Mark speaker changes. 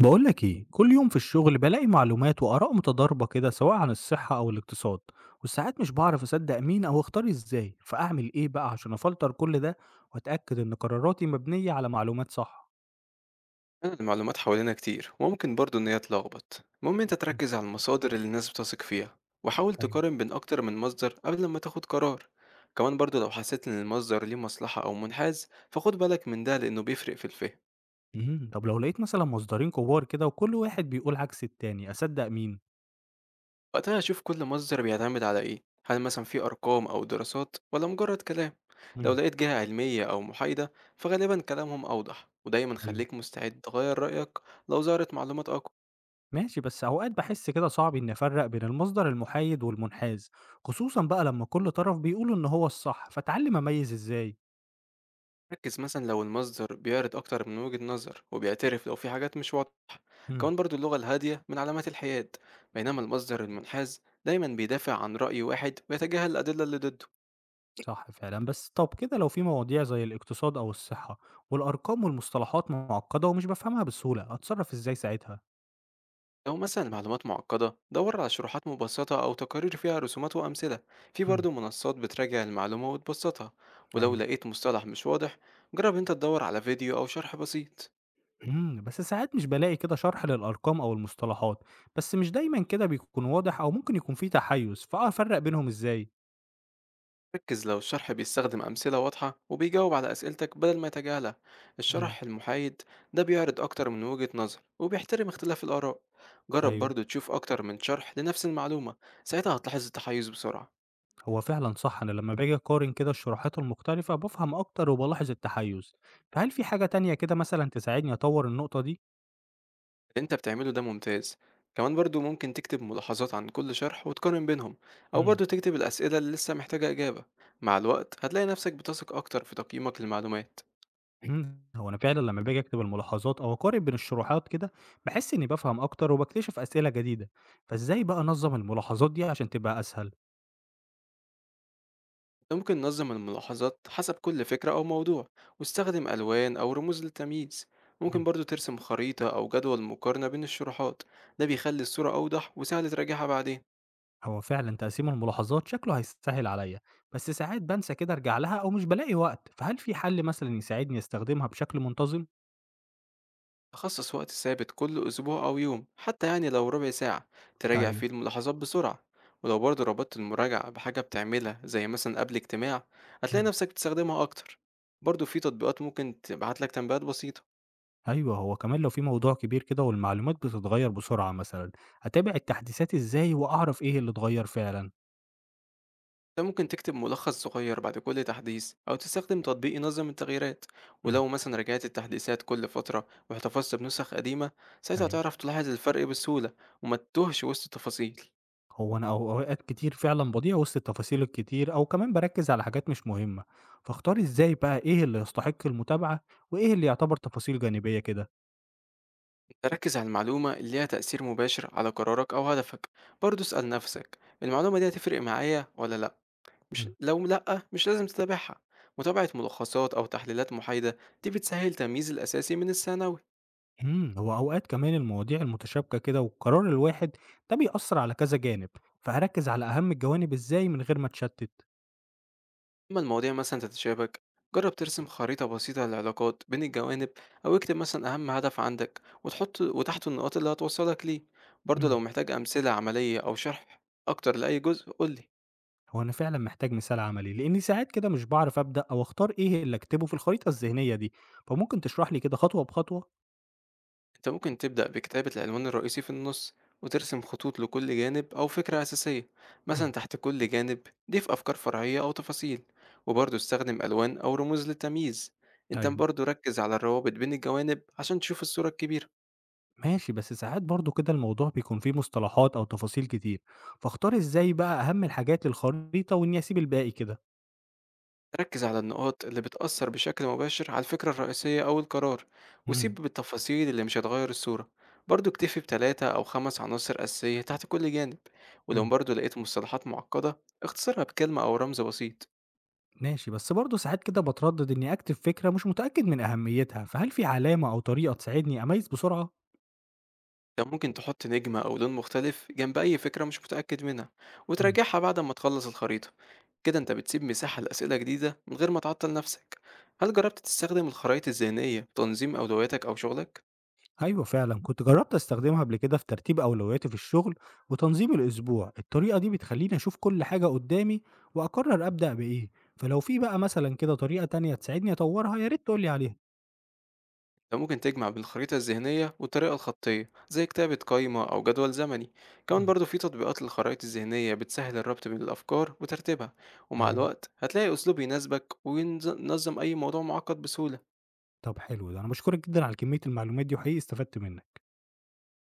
Speaker 1: بقولك ايه، كل يوم في الشغل بلاقي معلومات وآراء متضاربة كده سواء عن الصحة أو الاقتصاد، وساعات مش بعرف أصدق مين أو أختار ازاي. فأعمل ايه بقى عشان أفلتر كل ده وأتأكد إن قراراتي مبنية على معلومات صح؟
Speaker 2: أنا المعلومات حوالينا كتير وممكن برضو إن هي تلخبط. المهم أنت
Speaker 1: مم.
Speaker 2: تركز على المصادر اللي الناس بتثق فيها، وحاول
Speaker 1: ايوه.
Speaker 2: تقارن بين أكتر من مصدر قبل ما تاخد قرار. كمان برضو لو حسيت إن المصدر ليه مصلحة أو منحاز فخد بالك من ده لأنه بيفرق في الفهم.
Speaker 1: مم. طب لو لقيت مثلا مصدرين كبار كده وكل واحد بيقول عكس التاني، أصدق مين؟
Speaker 2: وقتها شوف كل مصدر بيعتمد على إيه، هل مثلا في أرقام أو دراسات ولا مجرد كلام. لو
Speaker 1: مم.
Speaker 2: لقيت جهة علمية أو محايدة فغالبا كلامهم أوضح، ودايما
Speaker 1: ايوه.
Speaker 2: خليك مستعد تغير رأيك لو ظهرت معلومات أقوى.
Speaker 1: ماشي، بس أوقات بحس كده صعب إني أفرق بين المصدر المحايد والمنحاز، خصوصا بقى لما كل طرف بيقول إن هو الصح. فأتعلم أميز ازاي؟
Speaker 2: ركز مثلا لو المصدر بيعرض أكتر من وجهة نظر وبيعترف لو في حاجات مش واضحة. كمان برضو اللغة الهادية من علامات الحياد، بينما المصدر المنحاز دايما بيدافع عن رأي واحد ويتجاهل الأدلة اللي ضده.
Speaker 1: صح فعلًا، بس طب كده لو في مواضيع زي الاقتصاد أو الصحة والأرقام والمصطلحات معقدة ومش بافهمها بسهولة، أتصرف إزاي ساعتها؟
Speaker 2: لو مثلا المعلومات معقدة دور على شروحات مبسطة أو تقارير فيها رسومات وأمثلة. في
Speaker 1: إمم.
Speaker 2: برضو منصات بتراجع المعلومة وتبسطها. ولو
Speaker 1: أيوه.
Speaker 2: لقيت مصطلح مش واضح جرب انت تدور على فيديو أو شرح بسيط.
Speaker 1: إمم، بس ساعات مش بالاقي كده شرح للأرقام أو المصطلحات، بس مش دايمًا كده بيكون واضح أو ممكن يكون في تحيُّز، فأفرّق بينهم إزاي؟
Speaker 2: ركز لو الشرح بيستخدم أمثلة واضحة وبيجاوب على أسئلتك بدل ما يتجاهلها.
Speaker 1: إمم.
Speaker 2: الشرح المحايد ده بيعرض أكتر من وجهة نظر وبيحترم اختلاف الآراء. جرب
Speaker 1: أيوه.
Speaker 2: برضو تشوف أكتر من شرح لنفس المعلومة، ساعتها هتلاحظ التحيز بسرعة.
Speaker 1: هو فعلًا صح، أنا لمّا باجي أقارن كده الشروحات المختلفة بافهم أكتر وبالاحظ التحيُّز، فهل في حاجة تانية كده مثلًا تساعدني أطوّر النقطة دي؟
Speaker 2: اللي أنت بتعمله ده ممتاز. كمان برضو ممكن تكتب ملاحظات عن كل شرح وتقارن بينهم، أو
Speaker 1: إمم.
Speaker 2: برضو تكتب الأسئلة اللي لسه محتاجة إجابة. مع الوقت هتلاقي نفسك بتثق أكتر في تقييمك للمعلومات.
Speaker 1: إمم، هو أنا فعلًا لمّا باجي أكتب الملاحظات أو أقارن بين الشروحات كده، باحس إني بافهم أكتر وباكتشف أسئلة جديدة، فإزاي بقى أنظّم الملاحظات دي عشان تبقى أسهل؟
Speaker 2: ممكن نظم الملاحظات حسب كل فكرة أو موضوع، واستخدم ألوان أو رموز للتمييز. ممكن
Speaker 1: إمم،
Speaker 2: برضو ترسم خريطة أو جدول مقارنة بين الشروحات، ده بيخلي الصورة أوضح وسهل تراجعها بعدين.
Speaker 1: هو فعلًا تقسيم الملاحظات شكله هيسهل عليَّ، بس ساعات بانسى كده أرجع لها أو مش بالاقي وقت، فهل في حل مثلًا يساعدني أستخدمها بشكل منتظم؟
Speaker 2: خصص وقت ثابت كل أسبوع أو يوم، حتى يعني لو 1/4 ساعة تراجع
Speaker 1: أيوه.
Speaker 2: فيه الملاحظات بسرعة. ولو برضو ربطت المراجعة بحاجة بتعملها زي مثلا قبل اجتماع هتلاقي
Speaker 1: إمم.
Speaker 2: نفسك بتستخدمها أكتر. برضو في تطبيقات ممكن تبعتلك تنبيهات بسيطة.
Speaker 1: أيوه، هو كمان لو في موضوع كبير كده والمعلومات بتتغير بسرعة مثلًا، أتابع التحديثات إزاي وأعرف إيه اللي اتغير فعلًا؟
Speaker 2: انت ممكن تكتب ملخص صغير بعد كل تحديث أو تستخدم تطبيق ينظم التغييرات.
Speaker 1: إمم.
Speaker 2: ولو مثلا راجعت التحديثات كل فترة واحتفظت بنسخ قديمة ساعتها
Speaker 1: أيوه.
Speaker 2: تعرف تلاحظ الفرق بسهولة، وما تتوهش وسط التفاصيل.
Speaker 1: هو أنا أو أوقات كتير فعلًا باضيع وسط التفاصيل الكتير أو كمان باركّز على حاجات مش مهمة، فاختار إزاي بقى إيه اللي يستحق المتابعة وإيه اللي يعتبر تفاصيل جانبية كده؟
Speaker 2: ركز على المعلومة اللي ليها تأثير مباشر على قرارك أو هدفك. برضه اسأل نفسك المعلومة دي هتفرق معايا ولا لأ، مش
Speaker 1: إمم.
Speaker 2: لو لأ مش لازم تتابعها. متابعة ملخصات أو تحليلات محايدة دي بتسهل تمييز الأساسي من الثانوي.
Speaker 1: إمم، هو أوقات كمان المواضيع المتشابكة كده والقرار الواحد ده بيأثّر على كذا جانب، فهاركّز على أهم الجوانب إزاي من غير ما أتشتّت؟
Speaker 2: لما المواضيع مثلا تتشابك جرب ترسم خريطة بسيطة للعلاقات بين الجوانب، أو اكتب مثلا أهم هدف عندك وتحط وتحته النقاط اللي هتوصلك ليه. برضه
Speaker 1: إمم،
Speaker 2: لو محتاج أمثلة عملية أو شرح أكتر لأي جزء قولي.
Speaker 1: هو أنا فعلًا محتاج مثال عملي، لإني ساعات كده مش باعرف أبدأ أو أختار إيه اللي أكتبه في الخريطة الذهنية دي، فممكن تشرح لي كده خطوة بخطوة؟
Speaker 2: أنت ممكن تبدأ بكتابة العنوان الرئيسي في النص، وترسم خطوط لكل جانب أو فكرة أساسية. مثلا
Speaker 1: إمم.
Speaker 2: تحت كل جانب ضيف أفكار فرعية أو تفاصيل، وبرضه استخدم ألوان أو رموز للتمييز. أنت
Speaker 1: أيوه.
Speaker 2: برضه ركز على الروابط بين الجوانب عشان تشوف الصورة الكبيرة.
Speaker 1: ماشي، بس ساعات برضه كده الموضوع بيكون فيه مصطلحات أو تفاصيل كتير، فاختار إزاي بقى أهم الحاجات للخريطة وإني أسيب الباقي كده؟
Speaker 2: ركز على النقاط اللي بتأثر بشكل مباشر على الفكرة الرئيسية أو القرار، وسيب
Speaker 1: إمم.
Speaker 2: بالتفاصيل اللي مش هتغير الصورة. برضو اكتفي بتلاتة أو خمس عناصر أساسية تحت كل جانب. ولو
Speaker 1: إمم،
Speaker 2: برضو لقيت مصطلحات معقدة اختصرها بكلمة أو رمز بسيط.
Speaker 1: ماشي، بس برضه ساعات كده باتردد إني أكتب فكرة مش متأكد من أهميتها، فهل في علامة أو طريقة تساعدني أميّز بسرعة؟
Speaker 2: ده ممكن تحط نجمة أو لون مختلف جنب أي فكرة مش متأكد منها،
Speaker 1: إمم.
Speaker 2: وتراجعها بعد ما تخلص الخريطة. كده أنت بتسيب مساحة لأسئلة جديدة من غير ما تعطل نفسك. هل جربت تستخدم الخرائط الذهنية في تنظيم أولوياتك أو شغلك؟
Speaker 1: أيوه فعلًا، كنت جرّبت أستخدمها قبل كده في ترتيب أولوياتي في الشغل وتنظيم الأسبوع. الطريقة دي بتخلّيني أشوف كل حاجة قدّامي وأقرّر أبدأ بإيه، فلو في بقى مثلًا كده طريقة تانية تساعدني أطوّرها، يا ريت تقول لي عليها.
Speaker 2: انت ممكن تجمع بين الخريطة الذهنية والطريقة الخطية زي كتابة قائمة أو جدول زمني. كمان
Speaker 1: إمم.
Speaker 2: برضو في تطبيقات للخرائط الذهنية بتسهل الربط بين الأفكار وترتيبها. ومع
Speaker 1: أيوه.
Speaker 2: الوقت هتلاقي أسلوب يناسبك وينظم أي موضوع معقد بسهولة.
Speaker 1: طب حلو ده، أنا باشكرك جدًا على كمية المعلومات دي وحقيقي استفدت منِّك.